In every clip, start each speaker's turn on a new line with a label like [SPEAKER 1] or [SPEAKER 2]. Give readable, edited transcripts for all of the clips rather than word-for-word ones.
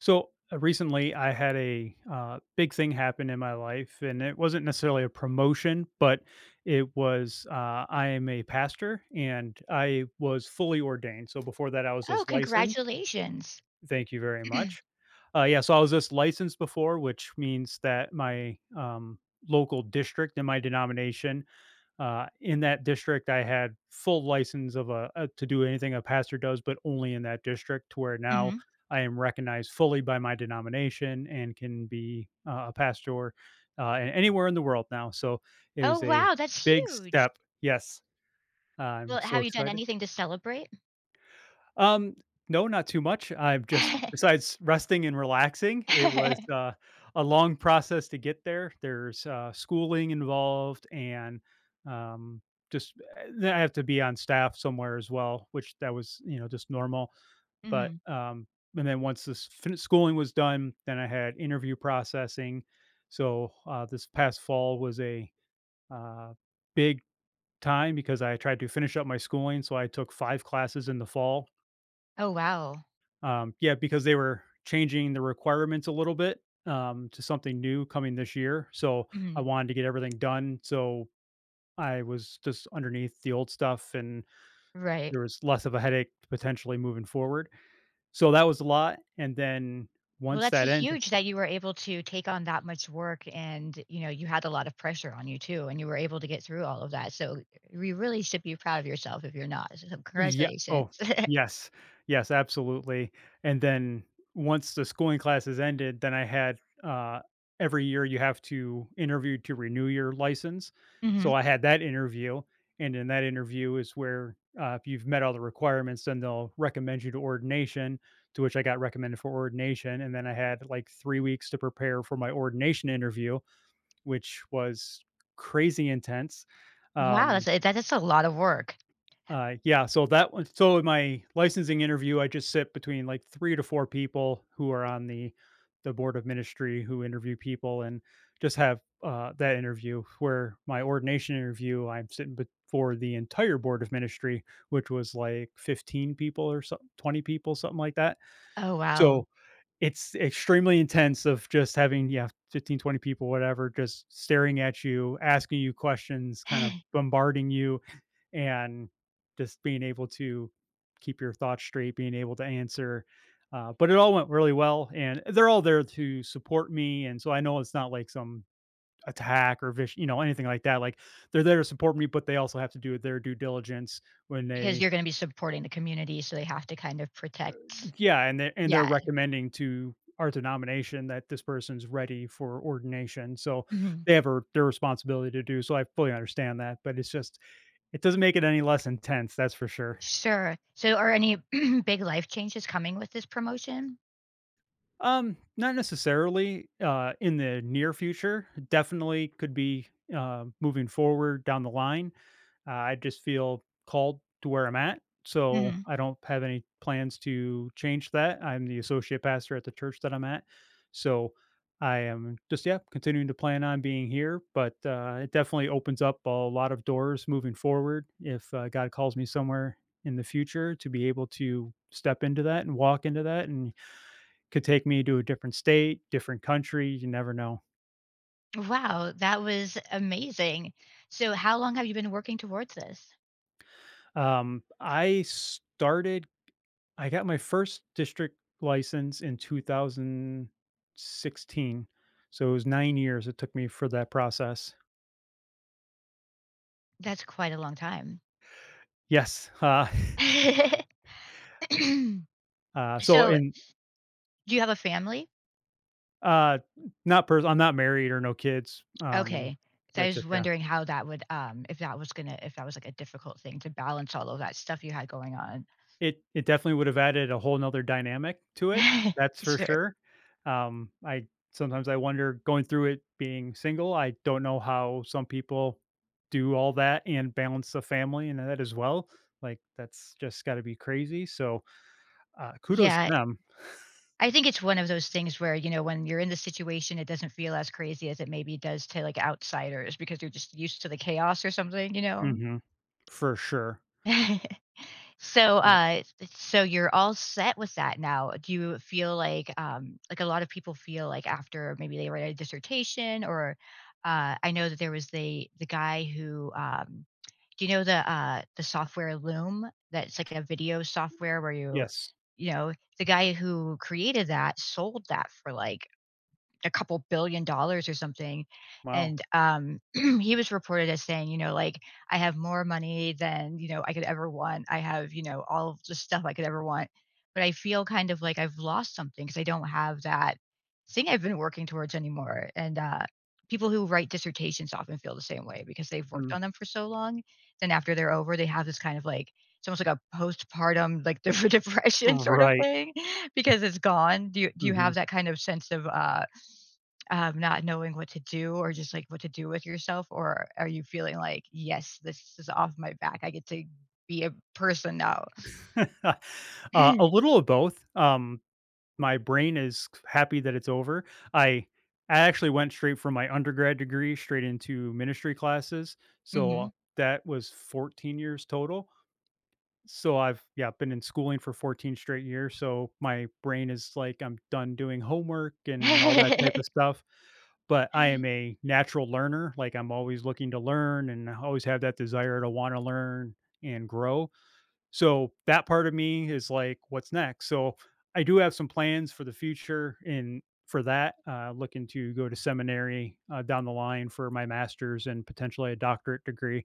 [SPEAKER 1] Recently, I had a big thing happen in my life, and it wasn't necessarily a promotion, but it was I am a pastor and I was fully ordained. So before that, I was
[SPEAKER 2] Oh,
[SPEAKER 1] just licensed.
[SPEAKER 2] congratulations.
[SPEAKER 1] Thank you very much. Yeah, so I was just licensed before, which means that my local district in my denomination, in that district, I had full license of a to do anything a pastor does, but only in that district. To where now
[SPEAKER 2] Mhm.
[SPEAKER 1] I am recognized fully by my denomination and can be a pastor and anywhere in the world now. So it
[SPEAKER 2] Oh,
[SPEAKER 1] was a
[SPEAKER 2] wow, that's
[SPEAKER 1] big
[SPEAKER 2] huge.
[SPEAKER 1] step. Yes, I'm
[SPEAKER 2] Well,
[SPEAKER 1] so
[SPEAKER 2] have you done
[SPEAKER 1] excited.
[SPEAKER 2] anything to celebrate?
[SPEAKER 1] Um, no, not too much. I've just besides resting and relaxing, it was, a long process to get there. There's, schooling involved and, um, just then I have to be on staff somewhere as well, which that was, just normal, but,
[SPEAKER 2] Mhm.
[SPEAKER 1] and then once this fin schooling was done, then I had interview processing. So, this past fall was uh, big time because I tried to finish up my schooling, so I took 5 classes in the fall.
[SPEAKER 2] Oh, wow.
[SPEAKER 1] Yeah, because they were changing the requirements a little bit to something new coming this year. So I
[SPEAKER 2] Mhm.
[SPEAKER 1] wanted to get everything done. So I was just underneath the old stuff and
[SPEAKER 2] Right.
[SPEAKER 1] there was less of a headache potentially moving forward. So that was a lot. And then
[SPEAKER 2] Well,
[SPEAKER 1] once
[SPEAKER 2] that's
[SPEAKER 1] that ended,
[SPEAKER 2] huge that you were able to take on that much work and you had a lot of pressure on you too, and you were able to get through all of that. So you really should be proud of yourself if you're not. So
[SPEAKER 1] yeah.
[SPEAKER 2] congratulations.
[SPEAKER 1] Oh, yes. Yes, absolutely. And then once the schooling classes ended, then I had uh, every year you have to interview to renew your license.
[SPEAKER 2] Mhm.
[SPEAKER 1] So I had that interview. And in that interview is where if you've met all the requirements, then they'll recommend you to ordination, to which I got recommended for ordination. And then I had like 3 weeks to prepare for my ordination interview, which was crazy intense.
[SPEAKER 2] Wow,
[SPEAKER 1] Um,
[SPEAKER 2] that is a lot of work.
[SPEAKER 1] yeah, so that one so in my licensing interview, I just sit between like 3 to 4 people who are on the board of ministry who interview people and just have, that interview where my ordination interview, I'm sitting before the entire board of ministry, which was like 15 people or so 20 people, something like that.
[SPEAKER 2] Oh, wow.
[SPEAKER 1] So it's extremely intense of just having, yeah, 15, 20 people, whatever, just staring at you, asking you questions, kind of bombarding you and just being able to keep your thoughts straight, being able to answer. But it all went really well, and they're all there to support me, and so I know it's not like some attack or vish, you know, anything like that. Like they're there to support me, but they also have to do their due diligence when
[SPEAKER 2] Because
[SPEAKER 1] they,
[SPEAKER 2] you're gonna be supporting the community, so they have to kind of protect.
[SPEAKER 1] yeah, and they and they're
[SPEAKER 2] Yeah.
[SPEAKER 1] recommending to our denomination that this person's ready for ordination, so
[SPEAKER 2] Mhm.
[SPEAKER 1] they have a, their responsibility to do. So I fully understand that, but it's just it doesn't make it any less intense, that's for sure.
[SPEAKER 2] Sure. So are any big life changes coming with this promotion?
[SPEAKER 1] Not necessarily, in the near future. Definitely could be, moving forward down the line. I just feel called to where I'm at, so
[SPEAKER 2] Mhm.
[SPEAKER 1] I don't have any plans to change that. I'm the associate pastor at the church that I'm at, so I am just, yeah, continuing to plan on being here, but, it definitely opens up a lot of doors moving forward if, God calls me somewhere in the future to be able to step into that and walk into that and could take me to a different state, different country, you never know.
[SPEAKER 2] Wow, that was amazing. So how long have you been working towards this?
[SPEAKER 1] I started I got my first district license in 2016, so it was 9 years it took me for that process.
[SPEAKER 2] That's quite a long time.
[SPEAKER 1] Yes, uh, so
[SPEAKER 2] So
[SPEAKER 1] and,
[SPEAKER 2] do you have a family?
[SPEAKER 1] uh, not pers I'm not married or no kids,
[SPEAKER 2] Okay. 'Cause I
[SPEAKER 1] but
[SPEAKER 2] was
[SPEAKER 1] just yeah.
[SPEAKER 2] wondering how that would, if that was, like, a difficult thing to balance all of that stuff you had going on.
[SPEAKER 1] It definitely would have added a whole 'nother dynamic to it, that's for
[SPEAKER 2] Sure.
[SPEAKER 1] sure. I sometimes I wonder going through it being single, I don't know how some people do all that and balance the family and that as well, like, that's just gotta be crazy, so, kudos to
[SPEAKER 2] Yeah.
[SPEAKER 1] them.
[SPEAKER 2] I think it's one of those things where, you know, when you're in the situation, it doesn't feel as crazy as it maybe does to, like, outsiders because you're just used to the chaos or something.
[SPEAKER 1] Mhm. For sure.
[SPEAKER 2] so
[SPEAKER 1] Ye
[SPEAKER 2] uh so you're all set with that now. Do you feel like a lot of people feel like after maybe they write a dissertation? Or I know that there was the guy who, do you know the software Loom, that's like a video software where you
[SPEAKER 1] Yes.
[SPEAKER 2] you know, the guy who created that sold that for like a couple billion dollars or something.
[SPEAKER 1] Wow.
[SPEAKER 2] And he was reported as saying, you know, like, I have more money than, you know, I could ever want. I have, you know, all of the stuff I could ever want, but I feel kind of like I've lost something because I don't have that thing I've been working towards anymore. And people who write dissertations often feel the same way because they've worked
[SPEAKER 1] Mm.
[SPEAKER 2] on them for so long. Then after they're over, they have this kind of like, it's almost like a postpartum, like, depression sort of
[SPEAKER 1] Right.
[SPEAKER 2] thing, because it's gone. Do you have
[SPEAKER 1] Mhm.
[SPEAKER 2] that kind of sense of not knowing what to do or just like what to do with yourself? Or are you feeling like, yes, this is off my back. I get to be a person now.
[SPEAKER 1] A little of both, my brain is happy that it's over. I I actually went straight from my undergrad degree straight into ministry classes,
[SPEAKER 2] Hmm.
[SPEAKER 1] so that was 14 years total. So I've yeah, been in schooling for 14 straight years, so my brain is like, I'm done doing homework and all that type of stuff. But I am a natural learner, like, I'm always looking to learn and I always have that desire to wanna learn and grow. So that part of me is like, what's next? So I do have some plans for the future and for that, looking to go to seminary down the line for my master's and potentially a doctorate degree.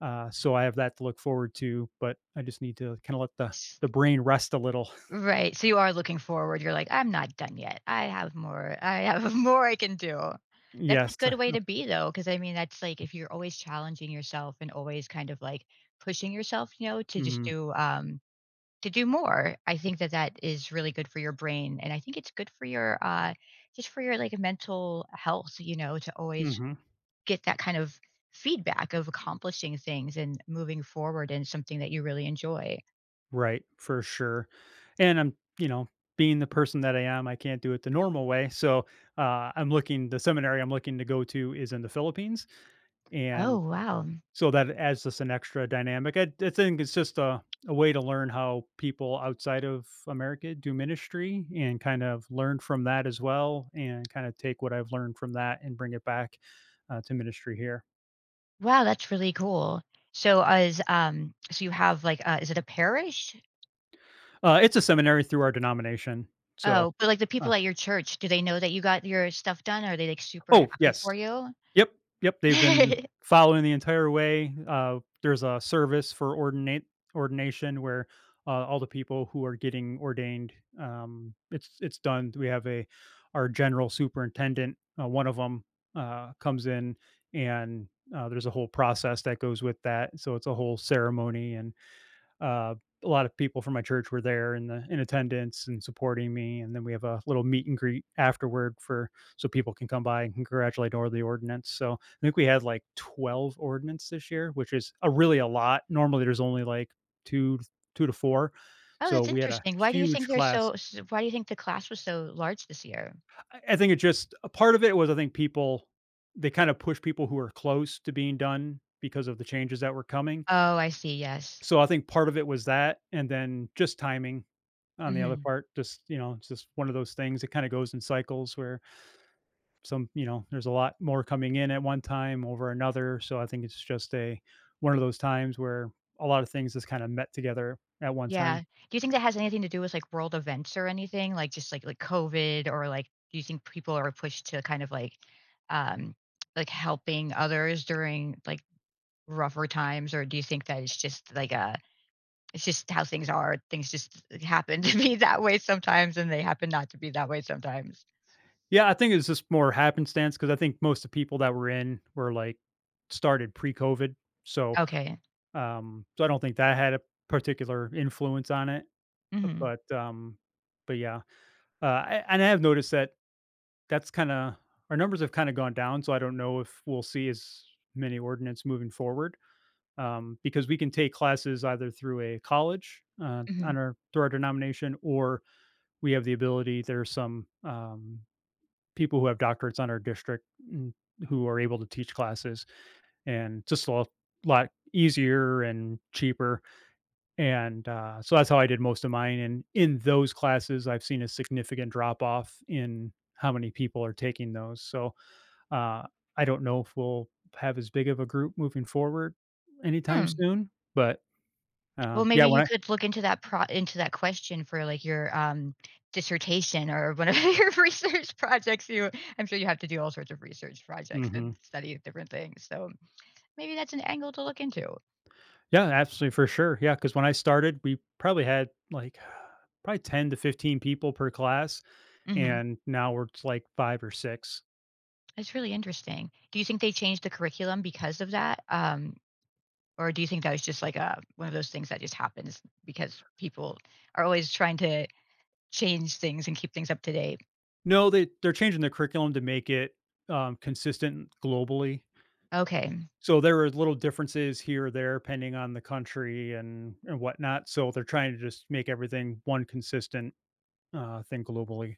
[SPEAKER 1] So I have that to look forward to, but I just need to kind of let the brain rest a little.
[SPEAKER 2] Right. So you are looking forward. You're like, I'm not done yet. I have more. I have more I can do. That's a
[SPEAKER 1] Yes.
[SPEAKER 2] good way to be though, because I mean, that's like if you're always challenging yourself and always kind of like pushing yourself, you know, to just
[SPEAKER 1] Hmm.
[SPEAKER 2] do to do more. I think that that is really good for your brain, and I think it's good for your, just for your, like, mental health, you know, to always
[SPEAKER 1] Hmm.
[SPEAKER 2] get that kind of feedback of accomplishing things and moving forward in something that you really enjoy.
[SPEAKER 1] Right. For sure. And I'm, you know, being the person that I am, I can't do it the normal way. So I'm looking, the seminary I'm looking to go to is in the Philippines
[SPEAKER 2] Oh,
[SPEAKER 1] and
[SPEAKER 2] wow.
[SPEAKER 1] so that it adds just an extra dynamic. I think it's just a way to learn how people outside of America do ministry and kind of learn from that as well, and kind of take what I've learned from that and bring it back to ministry here.
[SPEAKER 2] Wow, that's really cool. So, is, so you have, like, is it a parish?
[SPEAKER 1] It's a seminary through our denomination. So,
[SPEAKER 2] Oh, but, like, the
[SPEAKER 1] uh,
[SPEAKER 2] people at your church, do they know that you got your stuff done? Are they, like, super
[SPEAKER 1] oh,
[SPEAKER 2] happy
[SPEAKER 1] yes.
[SPEAKER 2] for you?
[SPEAKER 1] Yep, yep, they've been following the entire way. There's a service for ordinate ordination where, all the people who are getting ordained, it's done. We have a our general superintendent, one of 'em, comes in and, there's a whole process that goes with that. So it's a whole ceremony and uh, a lot of people from my church were there in the in attendance and supporting me, and then we have a little meet and greet afterward for so people can come by and congratulate over the ordinance. So I think we had like 12 ordinance this year, which is a really a lot. Normally there's only like two 2 to 4.
[SPEAKER 2] Oh,
[SPEAKER 1] So
[SPEAKER 2] that's
[SPEAKER 1] we had a
[SPEAKER 2] interesting. Why do you think
[SPEAKER 1] huge
[SPEAKER 2] they're so
[SPEAKER 1] class.
[SPEAKER 2] s why do you think the class was so large this year?
[SPEAKER 1] I think it just a part of it was I think people they kind of push people who are close to being done because of the changes that were coming.
[SPEAKER 2] Oh, I see, yes.
[SPEAKER 1] So I think part of it was that, and then just timing on the other
[SPEAKER 2] Mhm.
[SPEAKER 1] part, just, you know, it's just one of those things. It kind of goes in cycles where some, you know, there's a lot more coming in at one time over another. So I think it's just a one of those times where a lot of things just kind of met together at one
[SPEAKER 2] Yeah.
[SPEAKER 1] time.
[SPEAKER 2] Do you think that has anything to do with, like, world events or anything? Like, just like COVID or, like, do you think people are pushed to kind of um, like, helping others during, like, rougher times? Or do you think that it's just like a it's just how things are, things just like, happen to be that way sometimes, and they happen not to be that way sometimes?
[SPEAKER 1] Yeah, I think it's just more happenstance because I think most of the people that were in were like started pre-COVID. So
[SPEAKER 2] Okay.
[SPEAKER 1] so I don't think that had a particular influence on it.
[SPEAKER 2] Mhm.
[SPEAKER 1] But um but yeah. I and I have noticed that that's kinda our numbers have kinda gone down, so I don't know if we'll see as many ordinance moving forward, because we can take classes either through a college,
[SPEAKER 2] Mhm.
[SPEAKER 1] on our through our denomination, or we have the ability there's some, people who have doctorates on our district, who are able to teach classes, and just a lot easier and cheaper and, so that's how I did most of mine, and in those classes, I've seen a significant drop off in how many people are taking those, so, uh, I don't know if we'll have as big of a group moving forward anytime
[SPEAKER 2] Hmm.
[SPEAKER 1] soon, but,
[SPEAKER 2] Well,
[SPEAKER 1] yeah,
[SPEAKER 2] maybe you
[SPEAKER 1] when I
[SPEAKER 2] could look into that pro into that question for, like, your, dissertation or one of your research projects, you I'm sure you have to do all sorts of research projects
[SPEAKER 1] mhm.
[SPEAKER 2] and study different things, so maybe that's an angle to look into.
[SPEAKER 1] Yeah, absolutely, for sure, yeah, because when I started, we probably had, like, probably 10 to 15 people per class,
[SPEAKER 2] Mhm.
[SPEAKER 1] and now we're it's like 5 or 6.
[SPEAKER 2] That's really interesting. Do you think they changed the curriculum because of that? Or do you think that was just, like, a one of those things that just happens because people are always trying to change things and keep things up to date?
[SPEAKER 1] No, they're changing the curriculum to make it, consistent globally.
[SPEAKER 2] Okay.
[SPEAKER 1] So there are little differences here or there, depending on the country and whatnot. So they're trying to just make everything one consistent thing globally.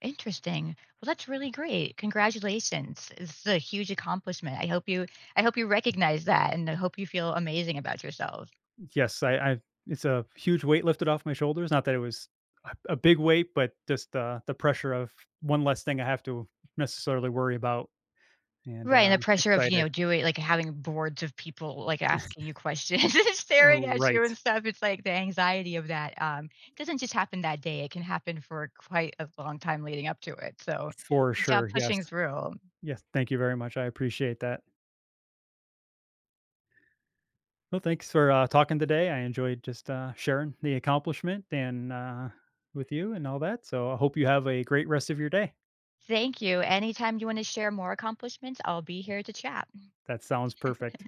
[SPEAKER 2] Interesting. Well, that's really great. Congratulations. It's a huge accomplishment. I hope you recognize that and I hope you feel amazing about yourself.
[SPEAKER 1] Yes, I it's a huge weight lifted off my shoulders. Not that it was a big weight, but just the pressure of one less thing I have to necessarily worry about. And
[SPEAKER 2] Right, and the pressure of, you
[SPEAKER 1] excited,
[SPEAKER 2] know, doing like having boards of people like asking you questions and staring at you
[SPEAKER 1] right?
[SPEAKER 2] and stuff. It's like the anxiety of that doesn't just happen that day. It can happen for quite a long time leading up to it. So,
[SPEAKER 1] For
[SPEAKER 2] good job
[SPEAKER 1] sure. Yes,
[SPEAKER 2] pushing through.
[SPEAKER 1] yes. Thank you very much. I appreciate that. Well, thanks for talking today. I enjoyed just sharing the accomplishment and with you and all that. So I hope you have a great rest of your day.
[SPEAKER 2] Thank you. Anytime you want to share more accomplishments, I'll be here to chat.
[SPEAKER 1] That sounds perfect.